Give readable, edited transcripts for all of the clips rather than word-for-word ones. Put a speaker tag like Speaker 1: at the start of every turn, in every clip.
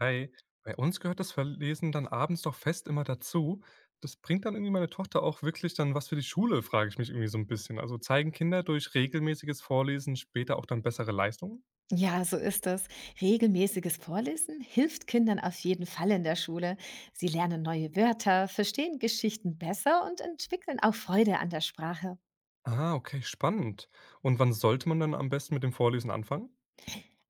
Speaker 1: Hi, bei uns gehört das Verlesen dann abends doch fest immer dazu. Das bringt dann irgendwie meine Tochter auch wirklich dann was für die Schule, frage ich mich irgendwie so ein bisschen. Also zeigen Kinder durch regelmäßiges Vorlesen später auch dann bessere Leistungen?
Speaker 2: Ja, so ist das. Regelmäßiges Vorlesen hilft Kindern auf jeden Fall in der Schule. Sie lernen neue Wörter, verstehen Geschichten besser und entwickeln auch Freude an der Sprache.
Speaker 1: Ah, okay, spannend. Und wann sollte man dann am besten mit dem Vorlesen anfangen?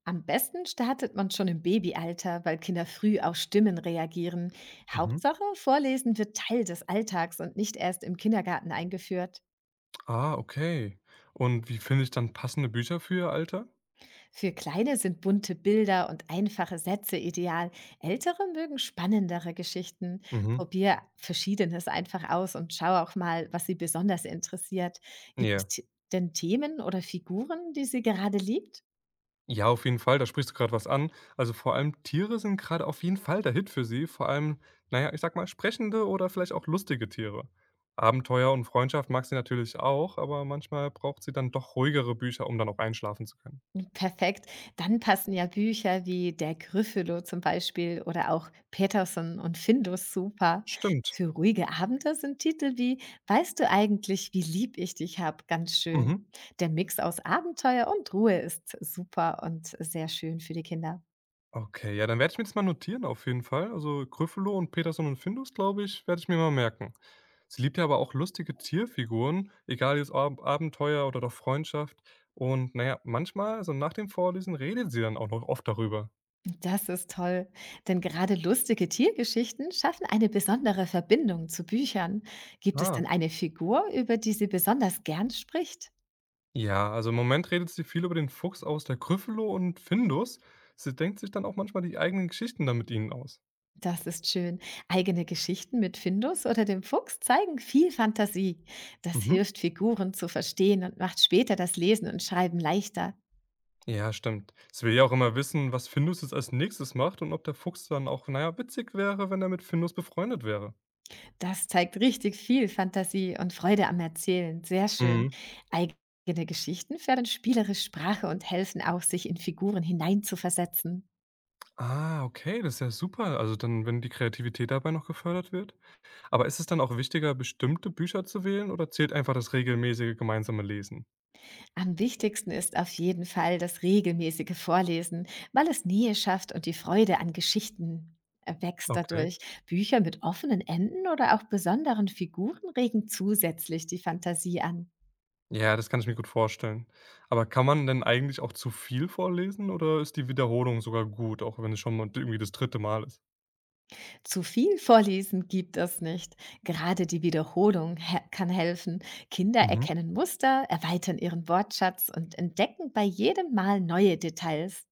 Speaker 2: Am besten startet man schon im Babyalter, weil Kinder früh auf Stimmen reagieren.
Speaker 1: Mhm.
Speaker 2: Hauptsache, Vorlesen wird Teil des Alltags und nicht erst im Kindergarten eingeführt.
Speaker 1: Ah, okay. Und wie finde ich dann passende Bücher für ihr Alter?
Speaker 2: Für Kleine sind bunte Bilder und einfache Sätze ideal. Ältere mögen spannendere Geschichten.
Speaker 1: Mhm.
Speaker 2: Probier Verschiedenes einfach aus und schau auch mal, was sie besonders interessiert. Gibt es
Speaker 1: Ja.
Speaker 2: denn Themen oder Figuren, die sie gerade liebt?
Speaker 1: Ja, auf jeden Fall, da sprichst du gerade was an. Also, vor allem Tiere sind gerade auf jeden Fall der Hit für sie, vor allem, naja, ich sag mal, sprechende oder vielleicht auch lustige Tiere. Abenteuer und Freundschaft mag sie natürlich auch, aber manchmal braucht sie dann doch ruhigere Bücher, um dann auch einschlafen zu können.
Speaker 2: Perfekt. Dann passen ja Bücher wie Der Gryffalo zum Beispiel oder auch Peterson und Findus super.
Speaker 1: Stimmt.
Speaker 2: Für ruhige Abende sind Titel wie Weißt du eigentlich, wie lieb ich dich hab? Ganz schön.
Speaker 1: Mhm.
Speaker 2: Der Mix aus Abenteuer und Ruhe ist super und sehr schön für die Kinder.
Speaker 1: Okay, ja, dann werde ich mir das mal notieren auf jeden Fall. Also Gryffalo und Peterson und Findus, glaube ich, werde ich mir mal merken. Sie liebt ja aber auch lustige Tierfiguren, egal jetzt Ab Abenteuer oder doch Freundschaft. Und naja, manchmal, also nach dem Vorlesen, redet sie dann auch noch oft darüber.
Speaker 2: Das ist toll, denn gerade lustige Tiergeschichten schaffen eine besondere Verbindung zu Büchern. Gibt es denn
Speaker 1: Ah.
Speaker 2: eine Figur, über die sie besonders gern spricht?
Speaker 1: Ja, also im Moment redet sie viel über den Fuchs aus der Gryffalo und Findus. Sie denkt sich dann auch manchmal die eigenen Geschichten dann mit ihnen aus.
Speaker 2: Das ist schön. Eigene Geschichten mit Findus oder dem Fuchs zeigen viel Fantasie. Das
Speaker 1: Mhm.
Speaker 2: hilft Figuren zu verstehen und macht später das Lesen und Schreiben leichter.
Speaker 1: Ja, stimmt. Es will ja auch immer wissen, was Findus jetzt als nächstes macht und ob der Fuchs dann auch, naja, witzig wäre, wenn er mit Findus befreundet wäre.
Speaker 2: Das zeigt richtig viel Fantasie und Freude am Erzählen. Sehr schön.
Speaker 1: Mhm.
Speaker 2: Eigene Geschichten fördern spielerische Sprache und helfen auch, sich in Figuren hineinzuversetzen.
Speaker 1: Ah, okay, das ist ja super. Also dann, wenn die Kreativität dabei noch gefördert wird. Aber ist es dann auch wichtiger, bestimmte Bücher zu wählen oder zählt einfach das regelmäßige gemeinsame Lesen?
Speaker 2: Am wichtigsten ist auf jeden Fall das regelmäßige Vorlesen, weil es Nähe schafft und die Freude an Geschichten wächst
Speaker 1: Okay.
Speaker 2: dadurch. Bücher mit offenen Enden oder auch besonderen Figuren regen zusätzlich die Fantasie an.
Speaker 1: Ja, das kann ich mir gut vorstellen. Aber kann man denn eigentlich auch zu viel vorlesen oder ist die Wiederholung sogar gut, auch wenn es schon mal irgendwie das dritte Mal ist?
Speaker 2: Zu viel Vorlesen gibt es nicht. Gerade die Wiederholung he kann helfen. Kinder
Speaker 1: Mhm.
Speaker 2: erkennen Muster, erweitern ihren Wortschatz und entdecken bei jedem Mal neue Details.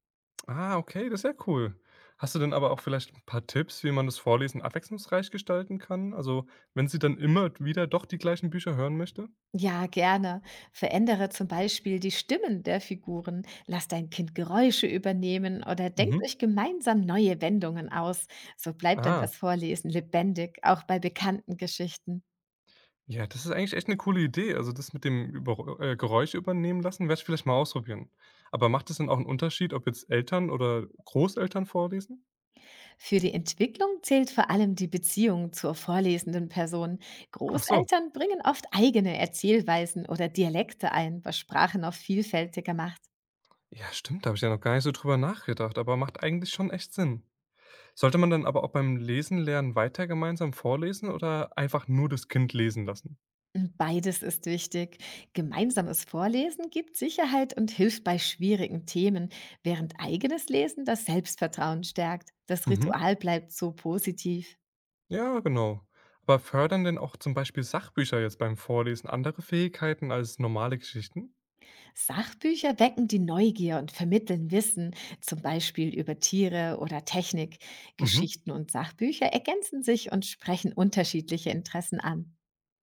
Speaker 1: Ah, okay, das ist ja cool. Hast du denn aber auch vielleicht ein paar Tipps, wie man das Vorlesen abwechslungsreich gestalten kann? Also, wenn sie dann immer wieder doch die gleichen Bücher hören möchte?
Speaker 2: Ja, gerne. Verändere zum Beispiel die Stimmen der Figuren, lass dein Kind Geräusche übernehmen oder denkt
Speaker 1: Mhm.
Speaker 2: euch gemeinsam neue Wendungen aus. So bleibt dann
Speaker 1: Ah,
Speaker 2: das Vorlesen lebendig, auch bei bekannten Geschichten.
Speaker 1: ja, das ist eigentlich echt eine coole Idee. Also, das mit dem über Geräusche übernehmen lassen, werde ich vielleicht mal ausprobieren. Aber macht es denn auch einen Unterschied, ob jetzt Eltern oder Großeltern vorlesen?
Speaker 2: Für die Entwicklung zählt vor allem die Beziehung zur vorlesenden Person.
Speaker 1: Ach so.
Speaker 2: Großeltern bringen oft eigene Erzählweisen oder Dialekte ein, was Sprache noch vielfältiger macht.
Speaker 1: Ja, stimmt, da habe ich ja noch gar nicht so drüber nachgedacht, aber macht eigentlich schon echt Sinn. Sollte man dann aber auch beim Lesen lernen weiter gemeinsam vorlesen oder einfach nur das Kind lesen lassen?
Speaker 2: Beides ist wichtig. Gemeinsames Vorlesen gibt Sicherheit und hilft bei schwierigen Themen, während eigenes Lesen das Selbstvertrauen stärkt. Das
Speaker 1: Mhm.
Speaker 2: Ritual bleibt so positiv.
Speaker 1: Ja, genau. Aber fördern denn auch zum Beispiel Sachbücher jetzt beim Vorlesen andere Fähigkeiten als normale Geschichten?
Speaker 2: Sachbücher wecken die Neugier und vermitteln Wissen, zum Beispiel über Tiere oder Technik.
Speaker 1: Mhm.
Speaker 2: Geschichten und Sachbücher ergänzen sich und sprechen unterschiedliche Interessen an.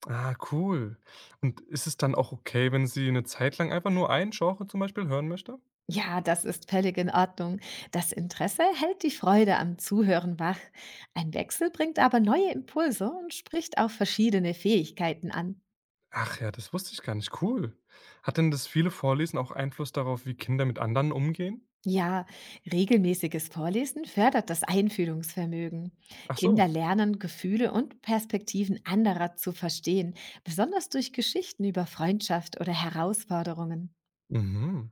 Speaker 1: Ah, cool. Und ist es dann auch okay, wenn sie eine Zeit lang einfach nur ein Genre zum Beispiel hören möchte?
Speaker 2: Ja, das ist völlig in Ordnung. Das Interesse hält die Freude am Zuhören wach. Ein Wechsel bringt aber neue Impulse und spricht auch verschiedene Fähigkeiten an.
Speaker 1: Ach ja, das wusste ich gar nicht. Cool. Hat denn das viele Vorlesen auch Einfluss darauf, wie Kinder mit anderen umgehen?
Speaker 2: Ja, regelmäßiges Vorlesen fördert das Einfühlungsvermögen.
Speaker 1: Ach
Speaker 2: Kinder
Speaker 1: so.
Speaker 2: lernen, Gefühle und Perspektiven anderer zu verstehen, besonders durch Geschichten über Freundschaft oder Herausforderungen.
Speaker 1: Mhm.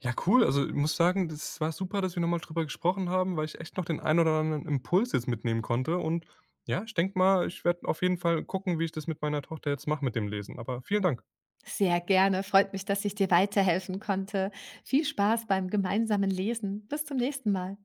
Speaker 1: Ja, cool. Also, ich muss sagen, das war super, dass wir nochmal drüber gesprochen haben, weil ich echt noch den einen oder anderen Impuls jetzt mitnehmen konnte. Und ja, ich denke mal, ich werde auf jeden Fall gucken, wie ich das mit meiner Tochter jetzt mache mit dem Lesen. Aber vielen Dank.
Speaker 2: Sehr gerne, freut mich, dass ich dir weiterhelfen konnte. Viel Spaß beim gemeinsamen Lesen. Bis zum nächsten Mal.